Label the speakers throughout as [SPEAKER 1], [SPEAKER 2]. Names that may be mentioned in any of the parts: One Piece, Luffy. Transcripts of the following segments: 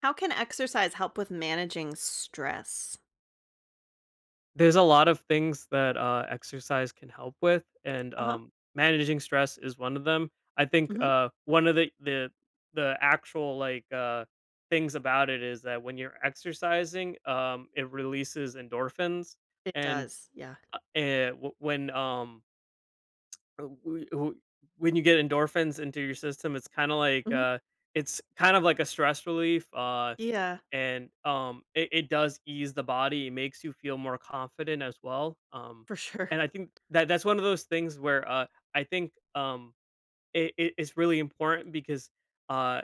[SPEAKER 1] How can exercise help with managing stress?
[SPEAKER 2] There's a lot of things that, exercise can help with, and,
[SPEAKER 1] Uh-huh.
[SPEAKER 2] managing stress is one of them. I think,
[SPEAKER 1] Mhm.
[SPEAKER 2] one of the actual, like, things about it is that when you're exercising, it releases endorphins,
[SPEAKER 1] It
[SPEAKER 2] and,
[SPEAKER 1] does. Yeah.
[SPEAKER 2] eh, w when, w w when you get endorphins into your system,
[SPEAKER 1] Mhm.
[SPEAKER 2] it's kind of like a stress relief
[SPEAKER 1] Yeah,
[SPEAKER 2] and it does ease the body. It makes you feel more confident as well.
[SPEAKER 1] for sure.
[SPEAKER 2] And I think that that's one of those things where I think, it's really important because uh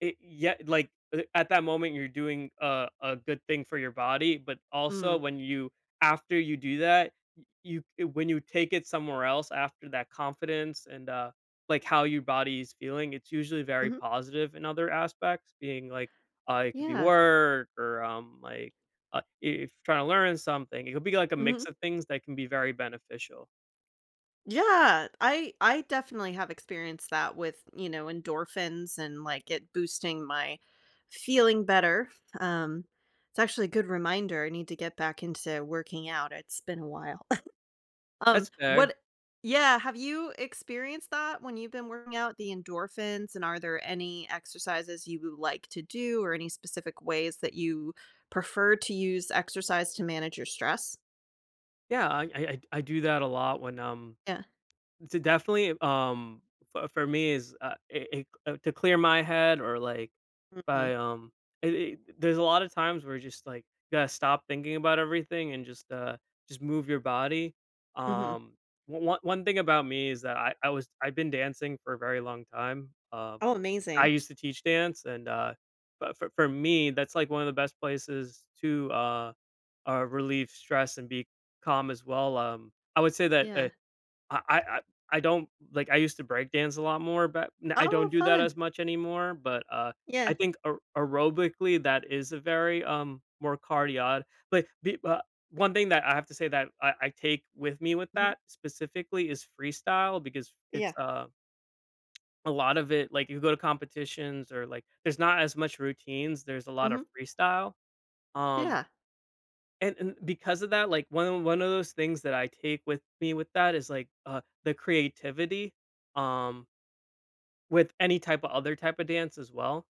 [SPEAKER 2] it yeah, like, at that moment, you're doing a good thing for your body, but also
[SPEAKER 1] Mm.
[SPEAKER 2] when you after you do that, when you take it somewhere else after that confidence and, like, how your body is feeling, it's usually very
[SPEAKER 1] Mhm.
[SPEAKER 2] positive in other aspects, being like, it could be
[SPEAKER 1] Yeah.
[SPEAKER 2] work or, like, if you're trying to learn something, it could be like a mix
[SPEAKER 1] Mhm.
[SPEAKER 2] of things that can be very beneficial.
[SPEAKER 1] Yeah. I definitely have experienced that with, you know, endorphins and like it boosting my feeling better. Um, it's actually a good reminder. I need to get back into working out. It's been a while.
[SPEAKER 2] That's fair.
[SPEAKER 1] What? Yeah, have you experienced that when you've been working out, the endorphins, and are there any exercises you would like to do or any specific ways that you prefer to use exercise to manage your stress?
[SPEAKER 2] Yeah, I do that a lot when,
[SPEAKER 1] Yeah.
[SPEAKER 2] to definitely, f for me is, it it to clear my head, or, like,
[SPEAKER 1] Mhm,
[SPEAKER 2] by, it it there's a lot of times where just, like, you gotta stop thinking about everything and just move your body.
[SPEAKER 1] mhm.
[SPEAKER 2] Um, o one one thing about me is that I've been dancing for a very long time.
[SPEAKER 1] Oh,
[SPEAKER 2] I
[SPEAKER 1] amazing.
[SPEAKER 2] used to teach dance and, but for me, that's, like, one of the best places to, relieve stress and be calm as well. I would say that,
[SPEAKER 1] Yeah.
[SPEAKER 2] I I I I don't, like, I used to break dance a lot more, but n I don't
[SPEAKER 1] Oh,
[SPEAKER 2] do that
[SPEAKER 1] fun.
[SPEAKER 2] as much anymore, but,
[SPEAKER 1] Yeah.
[SPEAKER 2] I think aerobically, that is a very, more cardio, but be one thing that I have to say that I take with me with
[SPEAKER 1] Mhm.
[SPEAKER 2] that specifically is freestyle because it's,
[SPEAKER 1] Yeah.
[SPEAKER 2] a lot of it, like, you go to competitions or, like, there's not as much routines, there's a lot of
[SPEAKER 1] Mhm.
[SPEAKER 2] freestyle. um
[SPEAKER 1] Yeah.
[SPEAKER 2] and because of that, like, one of those things that I take with me with that is, like, the creativity, um, with any type of other type of dance as well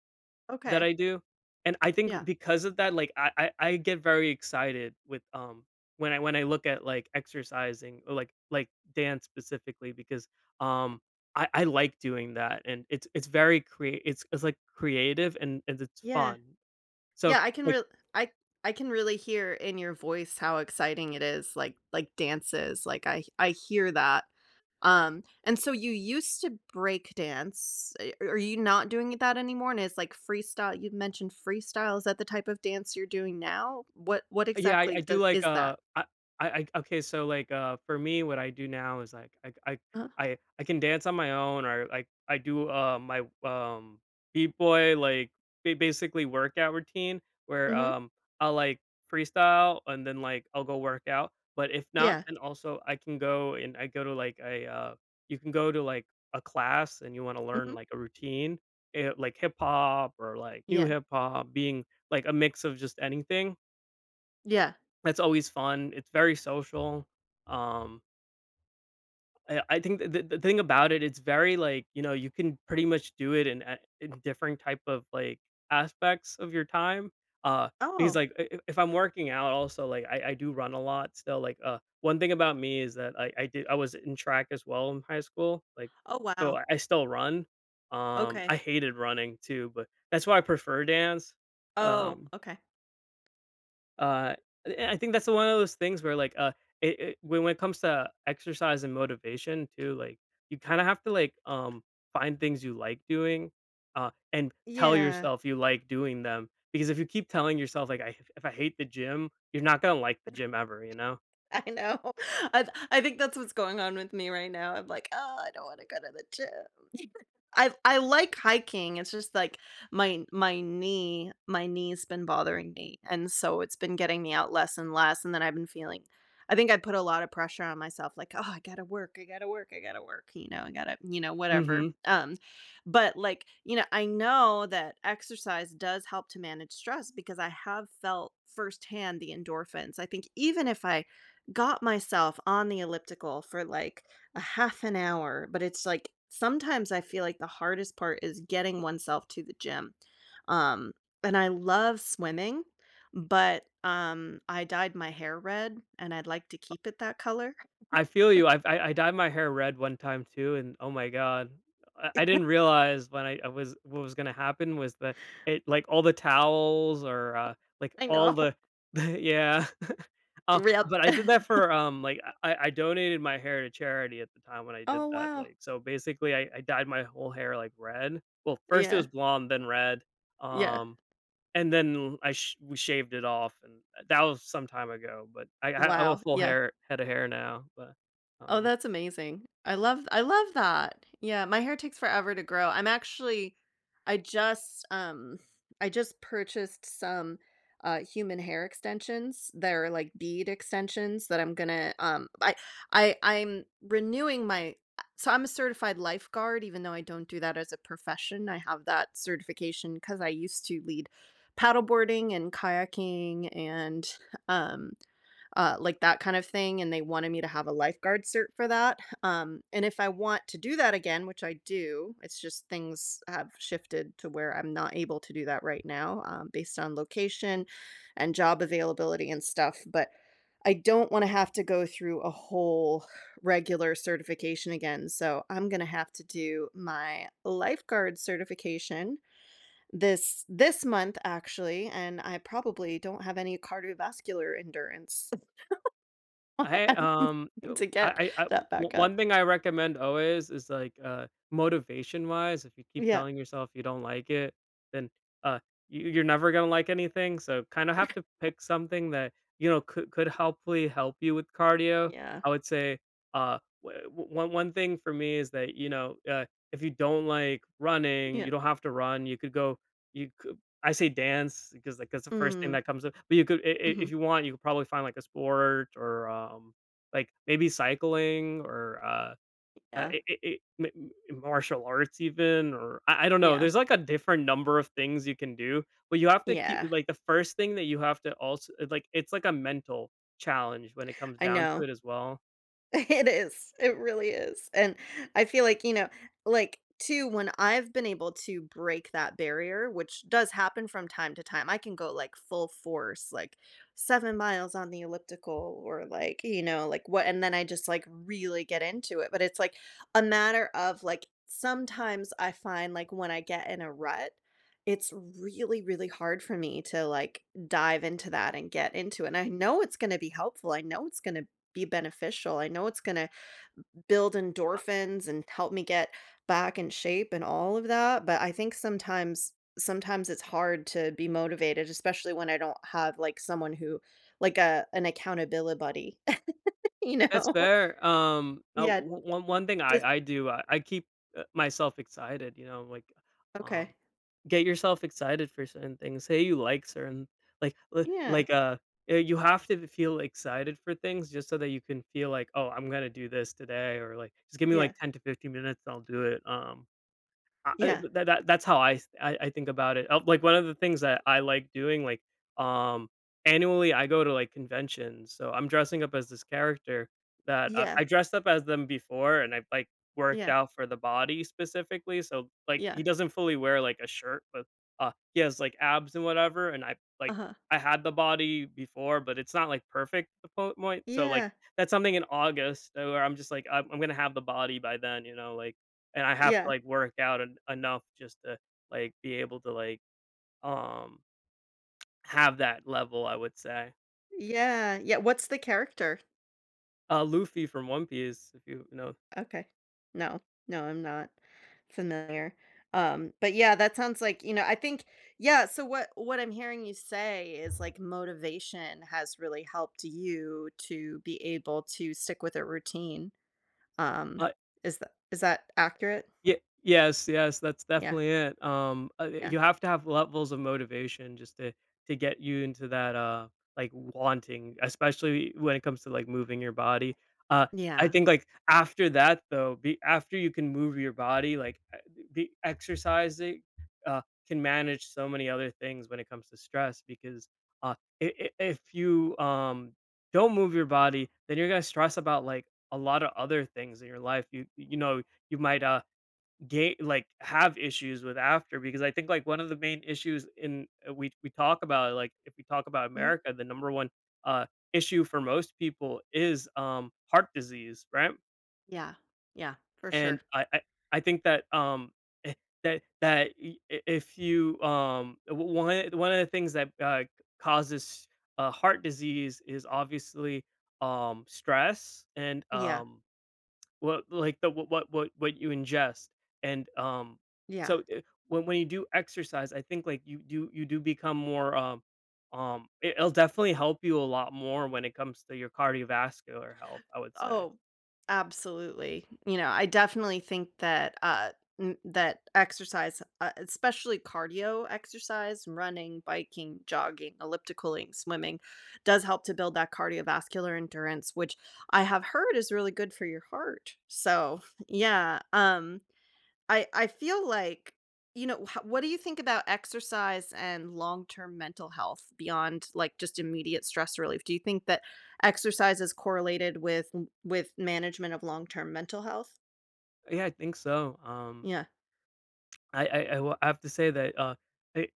[SPEAKER 2] that
[SPEAKER 1] Okay.
[SPEAKER 2] I do. And I think
[SPEAKER 1] Yeah.
[SPEAKER 2] because of that, like, I get very excited with, when I look at, like, exercising or, dance specifically because, um, I like doing that, and it's, like, creative and it's
[SPEAKER 1] Yeah.
[SPEAKER 2] fun. So,
[SPEAKER 1] Yeah, I can
[SPEAKER 2] like...
[SPEAKER 1] really. I can really hear in your voice how exciting it is, like dances, like I hear that. And so you used to break dance. A Are you not doing that anymore? And is like freestyle. You mentioned freestyle. Is that the type of dance you're doing now? What
[SPEAKER 2] Yeah, I
[SPEAKER 1] exactly
[SPEAKER 2] do
[SPEAKER 1] do,
[SPEAKER 2] like,
[SPEAKER 1] is that?
[SPEAKER 2] I okay, so, like, for me, what I do now is, like, I I
[SPEAKER 1] Uh-huh.
[SPEAKER 2] I I can dance on my own or, like, I do, my, beat boy, like, ba basically workout routine where,
[SPEAKER 1] Mhm.
[SPEAKER 2] I'll, like, freestyle and then, like, I'll go work out. But if not,
[SPEAKER 1] Yeah.
[SPEAKER 2] then also I can go and I go to, like, a, you can go to, like, a class and you wanna learn,
[SPEAKER 1] Mhm.
[SPEAKER 2] like, a routine, like hip hop or, like, new
[SPEAKER 1] Yeah.
[SPEAKER 2] hip hop, being, like, a mix of just anything.
[SPEAKER 1] Yeah.
[SPEAKER 2] That's always fun. It's very social. Um, I think th the thing about it, it's very, like, you can pretty much do it in a in different type of, like, aspects of your time, uh, because,
[SPEAKER 1] Oh.
[SPEAKER 2] like, I if I'm working out also, like, I do run a lot still, like, one thing about me is that I was in track as well in high school, like,
[SPEAKER 1] Oh,
[SPEAKER 2] so
[SPEAKER 1] wow.
[SPEAKER 2] I still run. I
[SPEAKER 1] Okay.
[SPEAKER 2] hated running too, but that's why I prefer dance.
[SPEAKER 1] Oh,
[SPEAKER 2] Um
[SPEAKER 1] okay.
[SPEAKER 2] uh, and I think that's one of those things where, like, it, it when it comes to exercise and motivation too, like, you kind of have to, like, find things you like doing and tell
[SPEAKER 1] Yeah.
[SPEAKER 2] yourself you like doing them, because if you keep telling yourself, like, I if I hate the gym, you're not going to like the gym ever, you know?
[SPEAKER 1] I know. I think that's what's going on with me right now. I'm like, "Oh, I don't wanna go to the gym." I like hiking, it's just, like, my knee's been bothering me, and so it's been getting me out less and less, and then I've been feeling I think I put a lot of pressure on myself, like, "Oh, I gotta work, I gotta work, I gotta work," you know, I gotta you know, whatever,
[SPEAKER 2] Mhm.
[SPEAKER 1] but, like, you know, I know that exercise does help to manage stress because I have felt firsthand the endorphins. I think even if I got myself on the elliptical for like a half an hour, but it's like sometimes I feel like the hardest part is getting oneself to the gym. Um, and I love swimming, but I dyed my hair red and I'd like to keep it that color.
[SPEAKER 2] I feel you. I dyed my hair red one time too, and oh my god, I didn't realize when I was what was gonna happen was that it, like, all the towels or like,
[SPEAKER 1] I
[SPEAKER 2] all
[SPEAKER 1] know.
[SPEAKER 2] the yeah, uh,
[SPEAKER 1] Rip.
[SPEAKER 2] but I did that for, like, I donated my hair to charity at the time when I did
[SPEAKER 1] Oh
[SPEAKER 2] that,
[SPEAKER 1] wow.
[SPEAKER 2] like, so basically I dyed my whole hair, like, red. Well, first it
[SPEAKER 1] Yeah.
[SPEAKER 2] was blonde, then red.
[SPEAKER 1] Yeah.
[SPEAKER 2] Um, and then I sh we shaved it off, and that was some time ago, but I have a
[SPEAKER 1] Wow.
[SPEAKER 2] full
[SPEAKER 1] Yeah.
[SPEAKER 2] hair head of hair now, but,
[SPEAKER 1] Oh,
[SPEAKER 2] um
[SPEAKER 1] that's amazing. I love that. Yeah, my hair takes forever to grow. I'm actually I just um I just purchased some human hair extensions. They're like bead extensions that I'm going to I'm renewing my so I'm a certified lifeguard even though I don't do that as a profession. I have that certification cuz I used to lead paddleboarding and kayaking and um like that kind of thing, and they wanted me to have a lifeguard cert for that. And if I want to do that again, which I do, it's just things have shifted to where I'm not able to do that right now, based on location and job availability and stuff. But I don't want to have to go through a whole regular certification again. So I'm going to have to do my lifeguard certification this month actually and I probably don't have any cardiovascular endurance.
[SPEAKER 2] I oh,
[SPEAKER 1] To get
[SPEAKER 2] I o
[SPEAKER 1] that back
[SPEAKER 2] one
[SPEAKER 1] up.
[SPEAKER 2] thing I recommend always is, like, motivation-wise, if you keep
[SPEAKER 1] Yeah.
[SPEAKER 2] telling yourself you don't like it, then, uh, you're never gonna like anything, so kinda have to pick something that, could helpfully help you with cardio.
[SPEAKER 1] Yeah.
[SPEAKER 2] I would say, one thing for me is that, if you don't like running,
[SPEAKER 1] Yeah.
[SPEAKER 2] you don't have to run. You could go. You cou I say dance because, like, that's the first thing
[SPEAKER 1] Mm.
[SPEAKER 2] that comes up, but you could I if
[SPEAKER 1] Mhm.
[SPEAKER 2] you want, you could probably find, like, a sport or, like, maybe cycling or,
[SPEAKER 1] Yeah.
[SPEAKER 2] I m m martial arts even, or I don't know.
[SPEAKER 1] Yeah.
[SPEAKER 2] There's, like, a different number of things you can do, but you have to keep,
[SPEAKER 1] Yeah.
[SPEAKER 2] like, the first thing that you have to also, like, it's like a mental challenge when it comes
[SPEAKER 1] I
[SPEAKER 2] down to it
[SPEAKER 1] know.
[SPEAKER 2] as well.
[SPEAKER 1] It is. It really is. And I feel like, you know, like too, when I've been able to break that barrier, which does happen from time to time, I can go like full force, like 7 miles on the elliptical or like, you know, like what, and then I just like really get into it. But it's like a matter of like sometimes I find like when I get in a rut, it's really, really hard for me to like dive into that and get into it. And I know it's going to be helpful. I know it's going to be beneficial. I know it's gonna build endorphins and help me get back in shape and all of that, but I think sometimes it's hard to be motivated, especially when I don't have, like, someone who like a an accountability buddy, you
[SPEAKER 2] That's
[SPEAKER 1] know?
[SPEAKER 2] fair. Um, uh,
[SPEAKER 1] Yeah,
[SPEAKER 2] w- one one thing
[SPEAKER 1] does
[SPEAKER 2] I do, I keep, myself excitedum
[SPEAKER 1] okay.
[SPEAKER 2] Get yourself excited for certain things. Say you like certain... like li
[SPEAKER 1] Yeah,
[SPEAKER 2] like, uh, you have to feel excited for things just so that you can feel like, "Oh, I'm gonna do this today," or like, "Just give me,
[SPEAKER 1] yeah,
[SPEAKER 2] like, 10 to 15 minutes, and I'll do it." I
[SPEAKER 1] yeah,
[SPEAKER 2] that that that's how I think about it. Like, one of the things that I like doing, like, um, annually, I go to, like, conventions, so I'm dressing up as this character that,
[SPEAKER 1] yeah,
[SPEAKER 2] I dressed up as them before, and I've, like, worked
[SPEAKER 1] yeah,
[SPEAKER 2] out for the body specifically, so, like,
[SPEAKER 1] yeah,
[SPEAKER 2] he doesn't fully wear, like, a shirt, but, he has, like, abs and whatever, and
[SPEAKER 1] uh-huh.
[SPEAKER 2] I had the body before, but it's not, like, perfect at the po point, so, like,
[SPEAKER 1] Yeah,
[SPEAKER 2] that's something in August, where I'm just like, I'm gonna have the body by then, you know, like, and I have to,
[SPEAKER 1] yeah,
[SPEAKER 2] like, work out en enough just to, like, be able to, like, um, have that level, I would say.
[SPEAKER 1] yeah, yeah, what's the character?
[SPEAKER 2] Luffy from One Piece, if you know.
[SPEAKER 1] Okay. No, no, I'm not familiar. But yeah, that sounds like, you know, I think, yeah, so what I'm hearing you say is like motivation has really helped you to be able to stick with a routine. Um,
[SPEAKER 2] uh,
[SPEAKER 1] is that accurate?
[SPEAKER 2] Yeah, yes, yes, that's
[SPEAKER 1] Yeah,
[SPEAKER 2] definitely it.
[SPEAKER 1] yeah.
[SPEAKER 2] You have to have levels of motivation just to get you into that, like, wanting, especially when it comes to, like, moving your body. Uh, I
[SPEAKER 1] Yeah.
[SPEAKER 2] think, like, after that, though, be after you can move your body, like, the exercising, uh, can manage so many other things when it comes to stress, because, uh, I if you, don't move your body, then you're gonna stress about, like, a lot of other things in your life. You know, you might, Ga like, have issues with after because I think, like, one of the main issues in... we talk about, like, if we talk about
[SPEAKER 1] Hmm.
[SPEAKER 2] America, the number one, uh, issue for most people is, heart disease, right?
[SPEAKER 1] Yeah. Yeah. For
[SPEAKER 2] And
[SPEAKER 1] sure.
[SPEAKER 2] I think that, eh, that y- I if you, w one of the things that, causes, heart disease is obviously, stress and,
[SPEAKER 1] Yeah.
[SPEAKER 2] what like the what you ingest, and,
[SPEAKER 1] Yeah.
[SPEAKER 2] so, when you do exercise, I think, like, you do become more, it'll definitely help you a lot more when it comes to your cardiovascular health, I would say.
[SPEAKER 1] Oh, absolutely. You know, I definitely think that that exercise, especially cardio exercise, running, biking, jogging, ellipticaling, swimming, does help to build that cardiovascular endurance, which I have heard is really good for your heart. So, yeah, I feel like, you know, h what do you think about exercise and long-term mental health beyond, like, just immediate stress relief? Do you think that exercise is correlated with management of long-term mental health?
[SPEAKER 2] Yeah, I think so.
[SPEAKER 1] Yeah.
[SPEAKER 2] I have to say that, I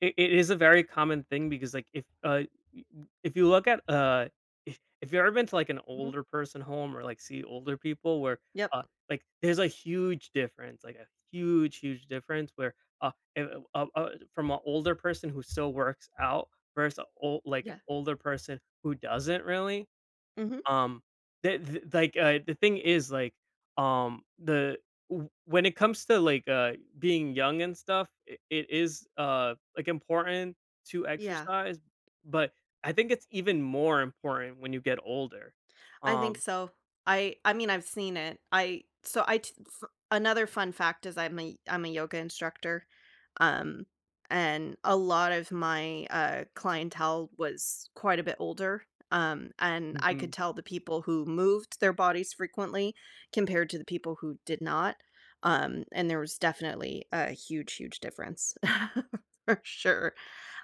[SPEAKER 2] it is a very common thing because, like, y if you look at, if you've ever been to, like, an
[SPEAKER 1] Mhm.
[SPEAKER 2] older person home or, like, see older people where, uh,
[SPEAKER 1] Yep.
[SPEAKER 2] like, there's a huge difference, like, a huge, huge difference where, from an older person who still works out versus a ol like, an
[SPEAKER 1] Yeah.
[SPEAKER 2] older person who doesn't really.
[SPEAKER 1] Mhm.
[SPEAKER 2] Um, the thing is, like, the w when it comes to, like, being young and stuff, it is, like, important to
[SPEAKER 1] Yeah.
[SPEAKER 2] exercise, but I think it's even more important when you get older.
[SPEAKER 1] I think
[SPEAKER 2] Um
[SPEAKER 1] so. I mean, I've seen it. I so I t f Another fun fact is I'm a yoga instructor. Um, and a lot of my, clientele was quite a bit older, and I could
[SPEAKER 2] mhm.
[SPEAKER 1] tell the people who moved their bodies frequently compared to the people who did not, and there was definitely a huge, huge difference for sure.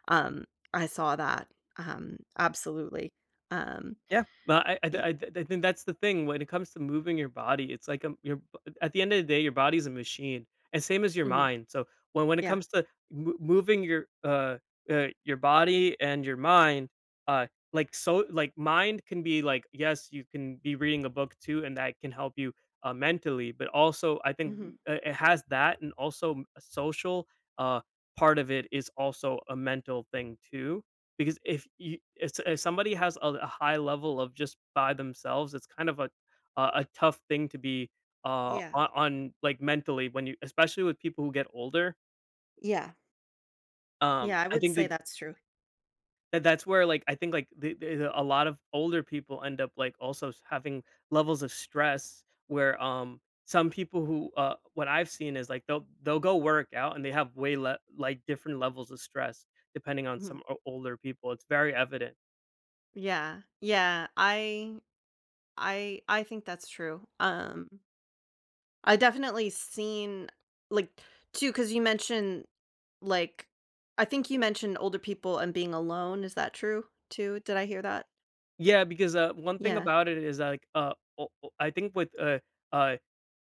[SPEAKER 1] Um, I saw that, absolutely. Um,
[SPEAKER 2] Yeah, well, I I
[SPEAKER 1] y
[SPEAKER 2] I I think that's the thing when it comes to moving your body, it's like, at the end of the day, your body's a machine, and same as your
[SPEAKER 1] mhm,
[SPEAKER 2] mind. So when it
[SPEAKER 1] yeah,
[SPEAKER 2] comes to mo moving your body and your mind, uh, like, so like, mind can be like, yes, you can be reading a book too, and that can help you, mentally, but also I think,
[SPEAKER 1] mhm,
[SPEAKER 2] it has that and also a social, uh, part of it is also a mental thing too. Because if you if s if somebody has a high level of just by themselves, it's kind of a tough thing to be,
[SPEAKER 1] yeah,
[SPEAKER 2] on, like, mentally when you... especially with people who get older.
[SPEAKER 1] yeah, yeah, I
[SPEAKER 2] I
[SPEAKER 1] would
[SPEAKER 2] think
[SPEAKER 1] say that's true.
[SPEAKER 2] that that's where, like, I think, like, the a lot of older people end up, like, also s having levels of stress where, some people who, what I've seen is, like, they'll go work out and they have way le like, different levels of stress depending on
[SPEAKER 1] Mhm.
[SPEAKER 2] some o older people. It's very evident.
[SPEAKER 1] Yeah, yeah, I think that's true. I definitely seen like because you mentioned like I think you mentioned older people and being alone. Is that true too? Did I hear that?
[SPEAKER 2] Yeah, because, one thing
[SPEAKER 1] Yeah.
[SPEAKER 2] about it is, like, o o I think with, uh,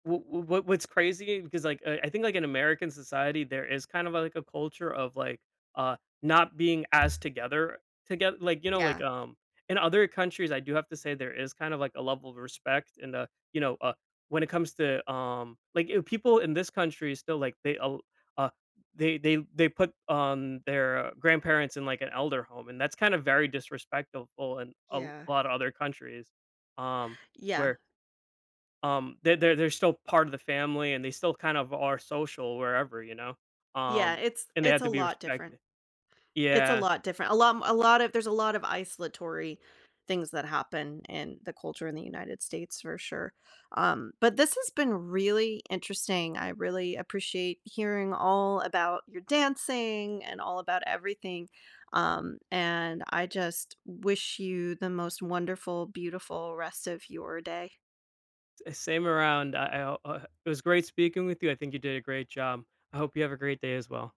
[SPEAKER 2] what's crazy because, like, I think, like, in American society, there is kind of, like, a culture of, like, uh, not being as together, like, you know, like,
[SPEAKER 1] Yeah.
[SPEAKER 2] in other countries. I do have to say there is kind of, like, a level of respect and, you know, when it comes to, like, people in this country still, like, uh, they put, their grandparents in, like, an elder home, and that's kind of very disrespectful in a
[SPEAKER 1] Yeah.
[SPEAKER 2] lot of other countries, um,
[SPEAKER 1] Yeah.
[SPEAKER 2] where they're still part of the family, and they still kind of are social wherever, you know?
[SPEAKER 1] Yeah.
[SPEAKER 2] Um, and they
[SPEAKER 1] It's
[SPEAKER 2] have to
[SPEAKER 1] a
[SPEAKER 2] be
[SPEAKER 1] lot different.
[SPEAKER 2] respected.
[SPEAKER 1] It's a
[SPEAKER 2] Yeah,
[SPEAKER 1] lot different. A lot of there's a lot of isolatory things that happen in the culture in the United States for sure. But this has been really interesting. I really appreciate hearing all about your dancing and all about everything. And I just wish you the most wonderful, beautiful rest of your day.
[SPEAKER 2] s same around. I ho it was great speaking with you. I think you did a great job. I hope you have a great day as well.